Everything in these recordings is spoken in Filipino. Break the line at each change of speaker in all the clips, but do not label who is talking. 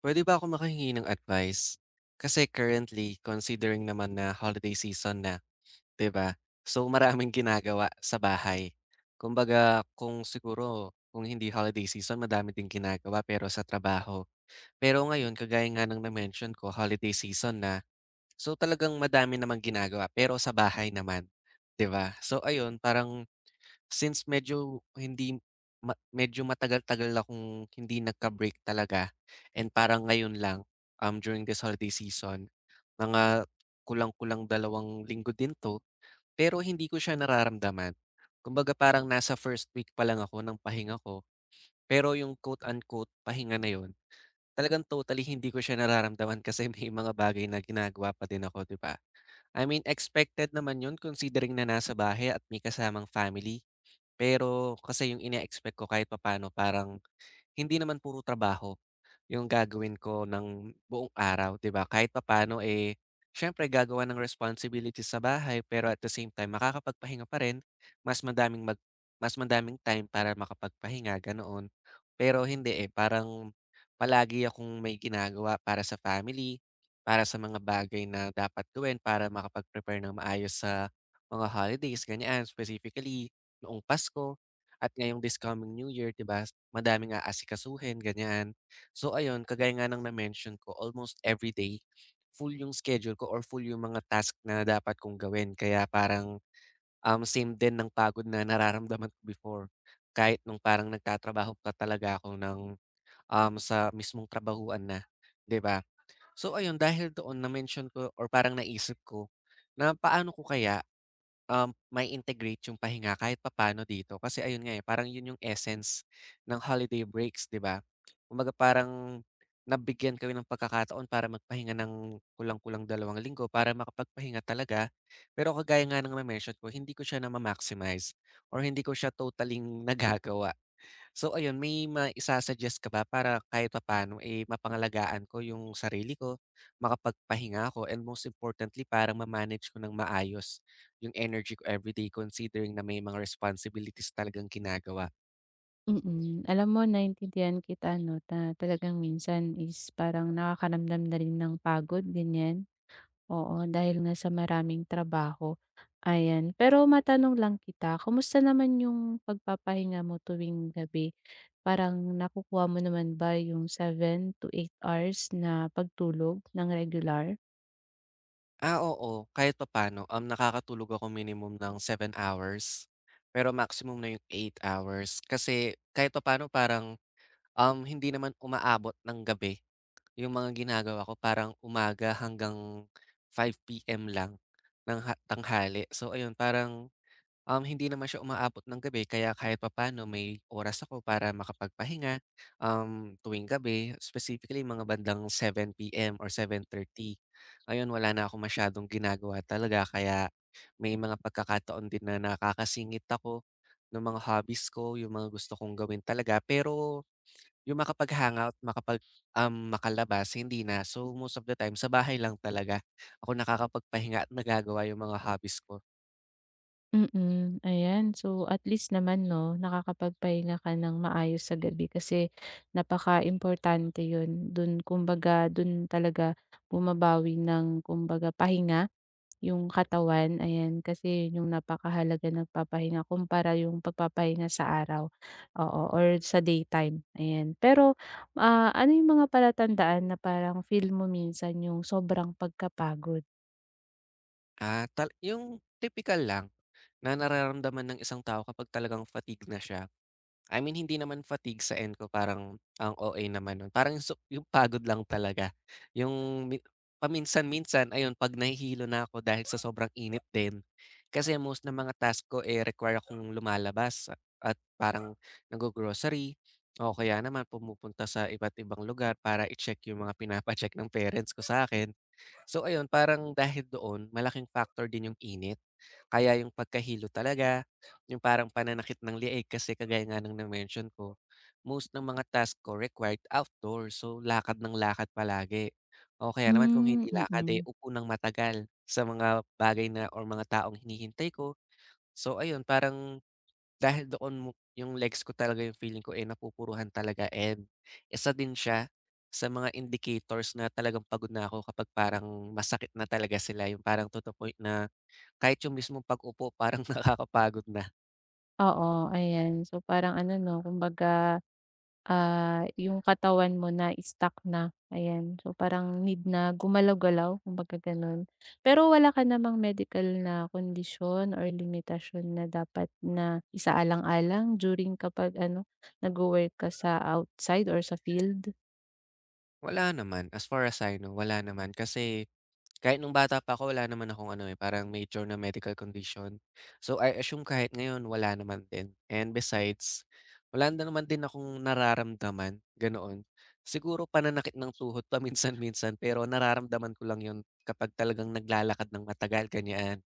Puwede ba ako makahingi ng advice? Kasi currently, considering naman na holiday season na, 'di ba? So, maraming ginagawa sa bahay. Kumbaga, kung siguro kung hindi holiday season, madami ding ginagawa pero sa trabaho. Pero ngayon, kagaya nga ng na-mention ko, holiday season na. So, talagang madami namang ginagawa pero sa bahay naman, 'di ba? So, ayun, parang since medyo hindi ma medyo matagal-tagal akong hindi nagka-break talaga, and parang ngayon lang, during this holiday season, mga kulang-kulang 2 linggo din 'to, pero hindi ko siya nararamdaman. Kumbaga parang nasa first week pa lang ako ng pahinga ko, pero yung quote unquote pahinga na yun, talagang totally hindi ko siya nararamdaman kasi may mga bagay na ginagawa pa din ako, 'di ba? I mean expected naman yun considering na nasa bahay at may kasamang family. Pero kasi yung ine-expect ko kahit papaano parang hindi naman puro trabaho. Yung gagawin ko ng buong araw, 'di ba? Kahit papaano, eh, syempre gagawa ng responsibilities sa bahay pero at the same time makakapagpahinga pa rin. Mas madaming mag mas madaming time para makapagpahinga, ganoon. Pero hindi, eh, parang palagi akong may ginagawa para sa family, para sa mga bagay na dapat gawin para makapag-prepare ng maayos sa mga holidays, ganyan. Specifically, noong Pasko at ngayong this coming New Year, 'di ba? Madaming aasikasuhin, ganyan. So ayun, kagaya nga ng na-mention ko, almost every day full yung schedule ko or full yung mga task na dapat kong gawin. Kaya parang same din ng pagod na nararamdaman ko before. Kahit nung parang nagtatrabaho pa talaga ako sa mismong trabahuan na, 'di ba? So ayun, dahil doon na-mention ko or parang naisip ko na paano ko kaya, mai-integrate yung pahinga kahit papaano dito. Kasi ayun nga, eh, parang yun yung essence ng holiday breaks, 'di ba? Kumbaga parang nabigyan kami ng pagkakataon para magpahinga ng kulang-kulang 2 linggo para makapagpahinga talaga. Pero kagaya nga ng na-mention ko, hindi ko siya nama-maximize or hindi ko siya totaling nagagawa. So ayun, may maisa-suggest ka ba para kahit papaano, eh, mapangalagaan ko yung sarili ko, makapagpahinga ako, and most importantly parang ma-manage ko ng maayos yung energy ko everyday considering na may mga responsibilities talagang ginagawa?
Mm. Alam mo naintindihan kita 'no, talagang minsan is parang nakakaramdam na rin ng pagod, ganyan. Oo, dahil nga sa maraming trabaho, ayan. Pero matanong lang kita, kumusta naman yung pagpapahinga mo tuwing gabi? Parang nakukuha mo naman ba yung 7 to 8 hours na pagtulog ng regular?
Ah, oo, kahit papaano, nakakatulog ako minimum ng 7 hours, pero maximum na yung 8 hours. Kasi kahit papaano parang, hindi naman umaabot ng gabi. Yung mga ginagawa ko parang umaga hanggang 5 p.m. lang ng ha tanghali. So ayun, parang, hindi naman siya umaabot ng gabi kaya kahit papaano may oras ako para makapagpahinga, tuwing gabi, specifically mga bandang 7 p.m. or 7:30. Ayun, wala na akong masyadong ginagawa talaga kaya may mga pagkakataon din na nakakasingit ako ng mga hobbies ko, yung mga gusto kong gawin talaga. Pero yung makapag-hangout, makalabas, hindi na. So, most of the time sa bahay lang talaga ako nakakapagpahinga at nagagawa yung mga hobbies ko.
Mm, ayan. So, at least naman 'no, nakakapagpahinga ka ng maayos sa gabi kasi napakaimportante 'yun. Do'n kumbaga dun talaga bumabawi ng kumbaga pahinga 'yung katawan, ayan. Kasi 'yun 'yung napakahalaga nagpapahinga kumpara 'yung pagpapahinga sa araw, oo, or sa daytime, ayan. Pero, ano 'yung mga palatandaan na parang feel mo minsan 'yung sobrang pagkapagod?
Ah, yung tipikal lang na nararamdaman ng isang tao kapag talagang fatigue na siya. I mean hindi naman fatigue sa end ko, parang ang OA naman nun, parang su yung pagod lang talaga. Yung mi paminsan-minsan ayun 'pag nahihilo na ako dahil sa sobrang init din, kasi most ng mga task ko, eh, require akong lumalabas, at parang naggo-grocery o kaya naman pumupunta sa iba't ibang lugar para i-check yung mga pinapa-check ng parents ko sa akin. So ayun, parang dahil doon malaking factor din yung init. Kaya yung pagkahilo talaga, yung parang pananakit ng liig kasi kagaya nga ng na-mention ko, most ng mga task ko required outdoor. So lakad ng lakad palagi. O kaya naman kung
Hmm,
hindi lakad, eh,
mm.
upo ng matagal sa mga bagay na or mga taong hinihintay ko. So ayun, parang dahil doon mo yung legs ko talaga yung feeling ko, eh, napupuruhan talaga, and isa din siya sa mga indicators na talagang pagod na ako kapag parang masakit na talaga sila, yung parang to the point na kahit yung mismong pag-upo parang nakakapagod na.
Oo, ayan. So, parang ano 'no, kumbaga, yung katawan mo na-stuck na, ayan. So, parang need na gumalaw-galaw, kumbaga gano'n. Pero wala ka namang medical na kondisyon or limitasyon na dapat na isaalang-alang during kapag ano, nagwo-work ka sa outside or sa field?
Wala naman, as far as I know, wala naman kasi. Kahit nung bata pa ako wala naman akong ano, eh, parang major na medical condition. So, I assume kahit ngayon wala naman din, and besides, wala na naman din akong nararamdaman, ganoon. Siguro pananakit ng tuhod paminsan-minsan pero nararamdaman ko lang 'yun kapag talagang naglalakad ng matagal, ganyan.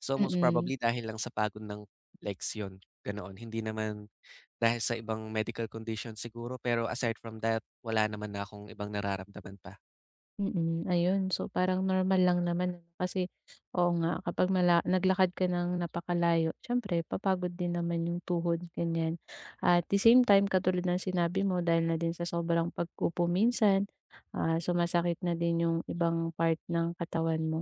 So, most
Mm.
probably dahil lang sa pagod ng legs 'yun, ganoon. Hindi naman dahil sa ibang medical condition siguro pero aside from that, wala naman na akong ibang nararamdaman pa.
Mm, ayun. So, parang normal lang naman ano, kasi oo nga kapag naglakad ka ng napakalayo siyempre papagod din naman yung tuhod, ganyan. At the same time katulad ng sinabi mo dahil na din sa sobrang minsan, sumasakit na din yung ibang part ng katawan mo.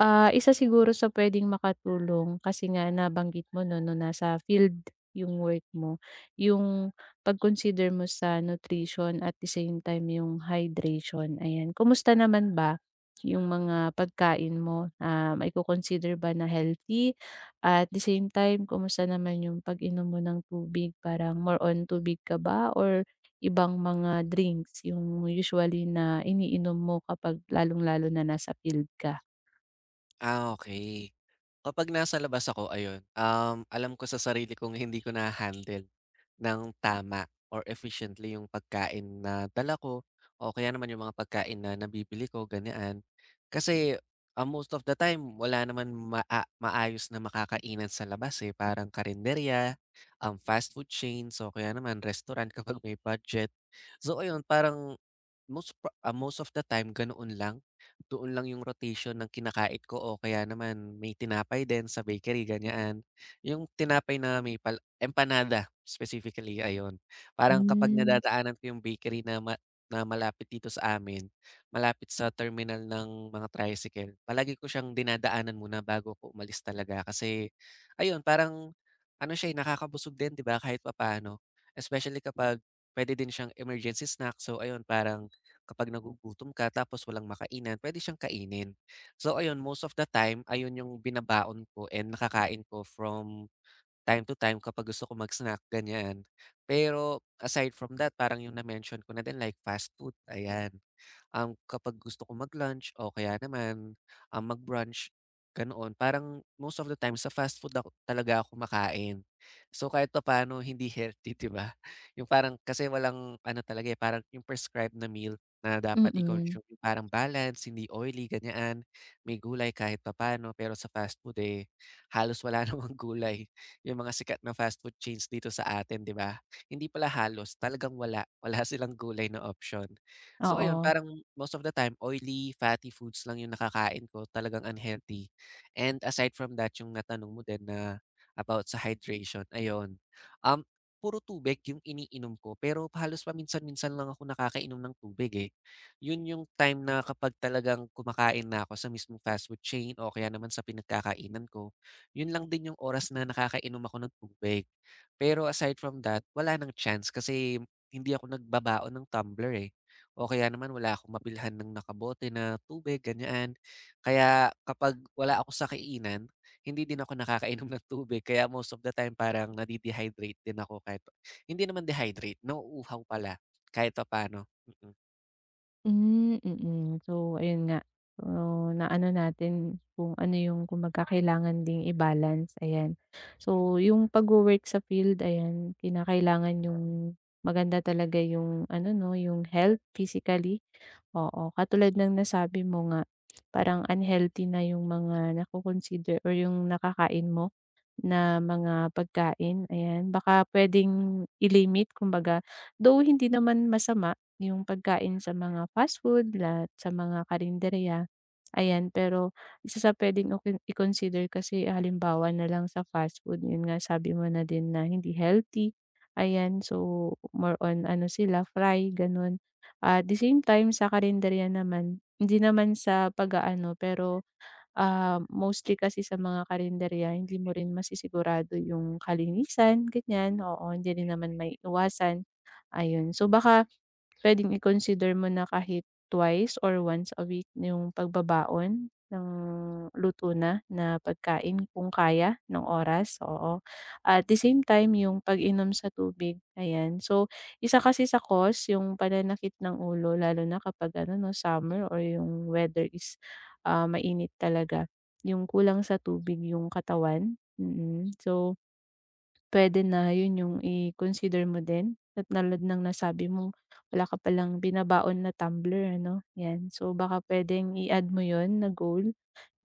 Isa siguro sa puwedeng makatulong kasi nga nabanggit mo 'no, no'ng nasa field yung work mo, yung pag-consider mo sa nutrition at the same time yung hydration, ayan. Kumusta naman ba yung mga pagkain mo, maiko-consider ba na healthy? At the same time, kumusta naman yung pag-inom mo ng tubig, parang more on tubig ka ba or ibang mga drinks yung usually na iniinom mo kapag lalong-lalo na nasa field ka?
Ah, okay. Kapag nasa labas ako ayun, alam ko sa sarili kong hindi ko na handle ng tama or efficiently yung pagkain na dala ko o kaya naman yung mga pagkain na nabibili ko ganyan. Kasi, ah, most of the time wala naman maayos na makakainan sa labas, eh, parang karenderya, fast food chains o kaya naman restaurant kapag may budget. So ayun, parang most of the time ganoon lang. Doon lang yung rotation ng kinakait ko o kaya naman may tinapay din sa bakery ganyan. Yung tinapay na may empanada specifically, ayon. Parang kapag
Hmm,
nadadaanan ko yung bakery na ma na malapit dito sa amin, malapit sa terminal ng mga tricycle, palagi ko siyang dinadaanan muna bago ko umalis talaga kasi ayun parang ano siya, eh, nakakabusog din, 'di ba, kahit papaano. Especially kapag pwede din siyang emergency snack, so ayun parang kapag nagugutom ka tapos walang makainan, pwede siyang kainin. So ayun, most of the time, ayun yung binabaon ko and nakakain ko from time to time kapag gusto ko mag-snack, ganyan. Pero aside from that, parang yung na-mention ko na din like fast food, ayan, kapag gusto ko mag-lunch o kaya naman, mag-brunch, ganoon. Parang most of the time sa fast food ako, talaga ako makain. So kahit pa paano hindi healthy, 'di ba? Yung parang kasi walang ano talaga, eh, parang yung prescribed na meal na dapat
mm.
i-consume, yung parang balance, hindi oily, ganyan. May gulay kahit pa paano pero sa fast food, eh, halos wala namang gulay. Yung mga sikat na fast food chains dito sa atin, di ba? Hindi pala halos, talagang wala. Wala silang gulay na option. So ayun,
Oo.
parang most of the time oily, fatty foods lang yung nakakain ko, talagang unhealthy. And aside from that, yung natanong mo din na about sa hydration, ayun. Um, Puro tubig yung iniinom ko pero halos paminsan-minsan lang ako nakakainom ng tubig, eh. Yun yung time na kapag talagang kumakain na ako sa mismong fast food chain o kaya naman sa pinagkakainan ko, yun lang din yung oras na nakakainom ako ng tubig. Pero aside from that, wala nang chance kasi hindi ako nagbabaon ng tumbler, eh. O kaya naman wala akong mabilhan ng nakabote na tubig, ganyan. Kaya kapag wala ako sa kainan, hindi din ako nakakainom ng tubig. Kaya most of the time parang din ako, kahit hindi naman dehydrate, nauuhaw pala kahit papaano. Mm. Mm.
Hmm, mm. So, ayun nga, so, naano natin kung ano yung kumbaga kailangan ding i-balance, ayan. So, yung pagwo-work sa field, ayan, kinakailangan yung maganda talaga yung ano 'no, yung health physically, oo. Katulad ng nasabi mo nga, parang unhealthy na yung mga nako-consider or yung nakakain mo. Na mga pagkain, ayan. Baka puwedeng i-limit kumbaga, though hindi naman masama yung pagkain sa mga fast food at sa mga karinderya, ayan. Pero isa sa puwedeng okon i-consider kasi halimbawa na lang sa fast food, yun nga sabi mo na din na hindi healthy, ayan. So, more on ano sila, fry, gano'n. At the same time sa karinderya naman, hindi naman sa pag-aano pero mostly kasi sa mga karenderya hindi mo rin masisigurado yung kalinisan, ganyan. Oo, hindi rin naman may maiiwasan, ayun. So, baka puwedeng i-consider mo na kahit twice or once a week na yung pagbabaon ng luto na na pagkain kung kaya ng oras, oo. At the same time yung pag-inom sa tubig, ayan. So, isa kasi sa cause yung pananakit ng ulo lalo na kapag ano 'no, summer or yung weather is, mainit talaga, yung kulang sa tubig yung katawan, mm. Mm. So, puwede na yun yung i-consider mo din at tulad ng nasabi mo wala ka palang binabaon na tumbler ano, 'yan. So baka puwedeng i-add mo yon na goal,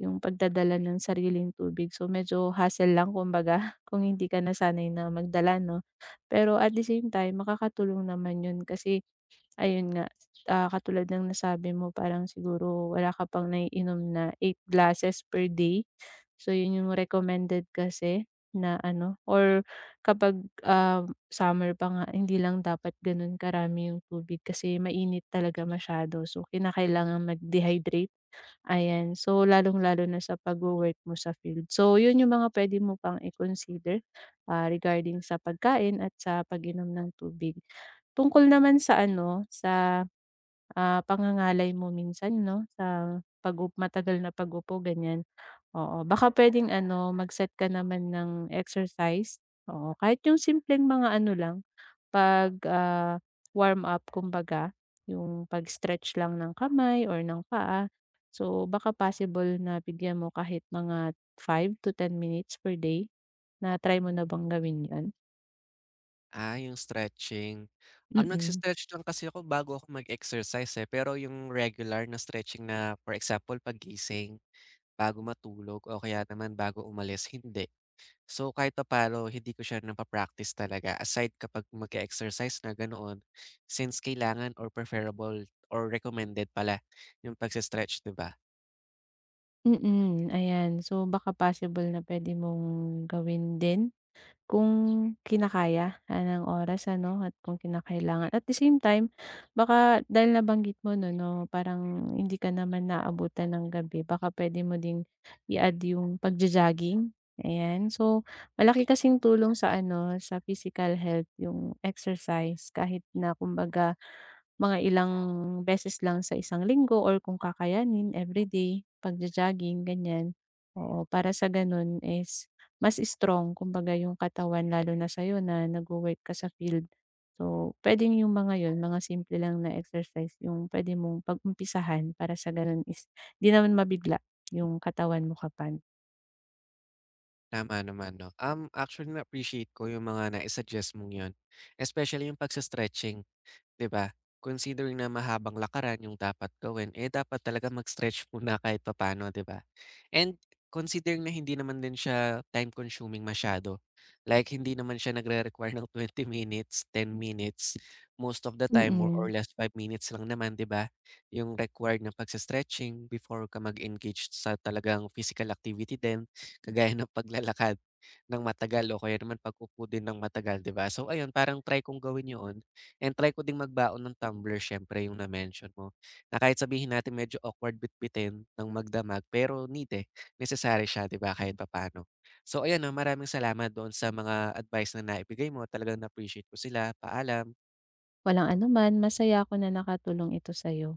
yung pagdadala ng sariling tubig. So medyo hassle lang kumbaga kung hindi ka nasanay na magdala 'no. Pero at the same time makakatulong naman yun kasi ayun nga, katulad ng nasabi mo parang siguro wala ka pang naiinom na 8 glasses per day. So, yun yung recommended kasi na ano or kapag, summer pa nga hindi lang dapat ganun karami yung tubig kasi mainit talaga masyado. So, kinakailangan mag-dehydrate, ayan. So, lalong-lalo na sa pagwo-work mo sa field. So, yun yung mga puwede mo pang i-consider, regarding sa pagkain at sa pag-inom ng tubig. Tungkol naman sa ano, sa pangangalay mo minsan 'no, sa pag matagal na pag-upo ganyan. Oo, baka puwedeng ano, mag-set ka naman ng exercise, oo, kahit yung simpleng mga ano lang, pag, warm up kumbaga, yung pag-stretch lang ng kamay or ng paa. So, baka possible na bigyan mo kahit mga 5 to 10 minutes per day. Na-try mo na bang gawin yun?
Ah, yung stretching.
Mm,
Um, nagse
mm,
lang kasi ako bago ako mag-exercise, eh. Pero yung regular na stretching na, for example, paggising, bago matulog o kaya naman bago umalis, hindi. So, kahit papaano hindi ko siya napa-practice talaga aside kapag mag exercise na ganoon, since kailangan or preferable or recommended pala yung pagse-stretch, 'di ba?
mm mm. Ayan. So, baka possible na puwede mong gawin din. Kung kinakaya ng oras ano at kung kinakailangan. At the same time baka dahil nabanggit mo 'no, parang hindi ka naman naabutan ng gabi baka pwede mo ding i-add yung pagjo-jogging, ayan. So, malaki kasing tulong sa ano, sa physical health yung exercise kahit na kumbaga mga ilang beses lang sa isang linggo or kung kakayanin everyday, pagjo-jogging ganyan. Oo, para sa ganun is mas strong kumbaga yung katawan lalo na sa'yo na nagwo-work ka sa field. So, puwedeng yung mga yun, mga simple lang na exercise yung puwede mong pag-umpisahan para sa ganun is 'di naman mabigla yung katawan mo kapag.
Tama naman, 'no. Actually na-appreciate ko yung mga nai-suggest mong yun, especially yung pagse-stretching, 'di ba? Considering na mahabang lakaran yung dapat gawin, eh, dapat talaga mag-stretch muna kahit papaano, 'di ba? And considering na hindi naman din siya time consuming masyado, like hindi naman siya nagre-require ng 20 minutes, 10 minutes, most of the time more
Mm.
or less 5 minutes lang naman, 'di ba, yung required na pagse-stretching before ka mag-engage sa talagang physical activity din, kagaya ng paglalakad ng matagal o kaya naman pag-upo din ng matagal, 'di ba? So ayun, parang try kong gawin 'yon and try ko ding magbaon ng tumbler siyempre yung na-mention mo, na kahit sabihin natin medyo awkward bitbitin ng magdamag pero need, eh, necessary siya, 'di ba, kahit papaano. So ayan, 'no, maraming salamat doon sa mga advice na naibigay mo. Talagang na-appreciate ko sila. Paalam.
Walang anuman, masaya ako na nakatulong ito sa'yo.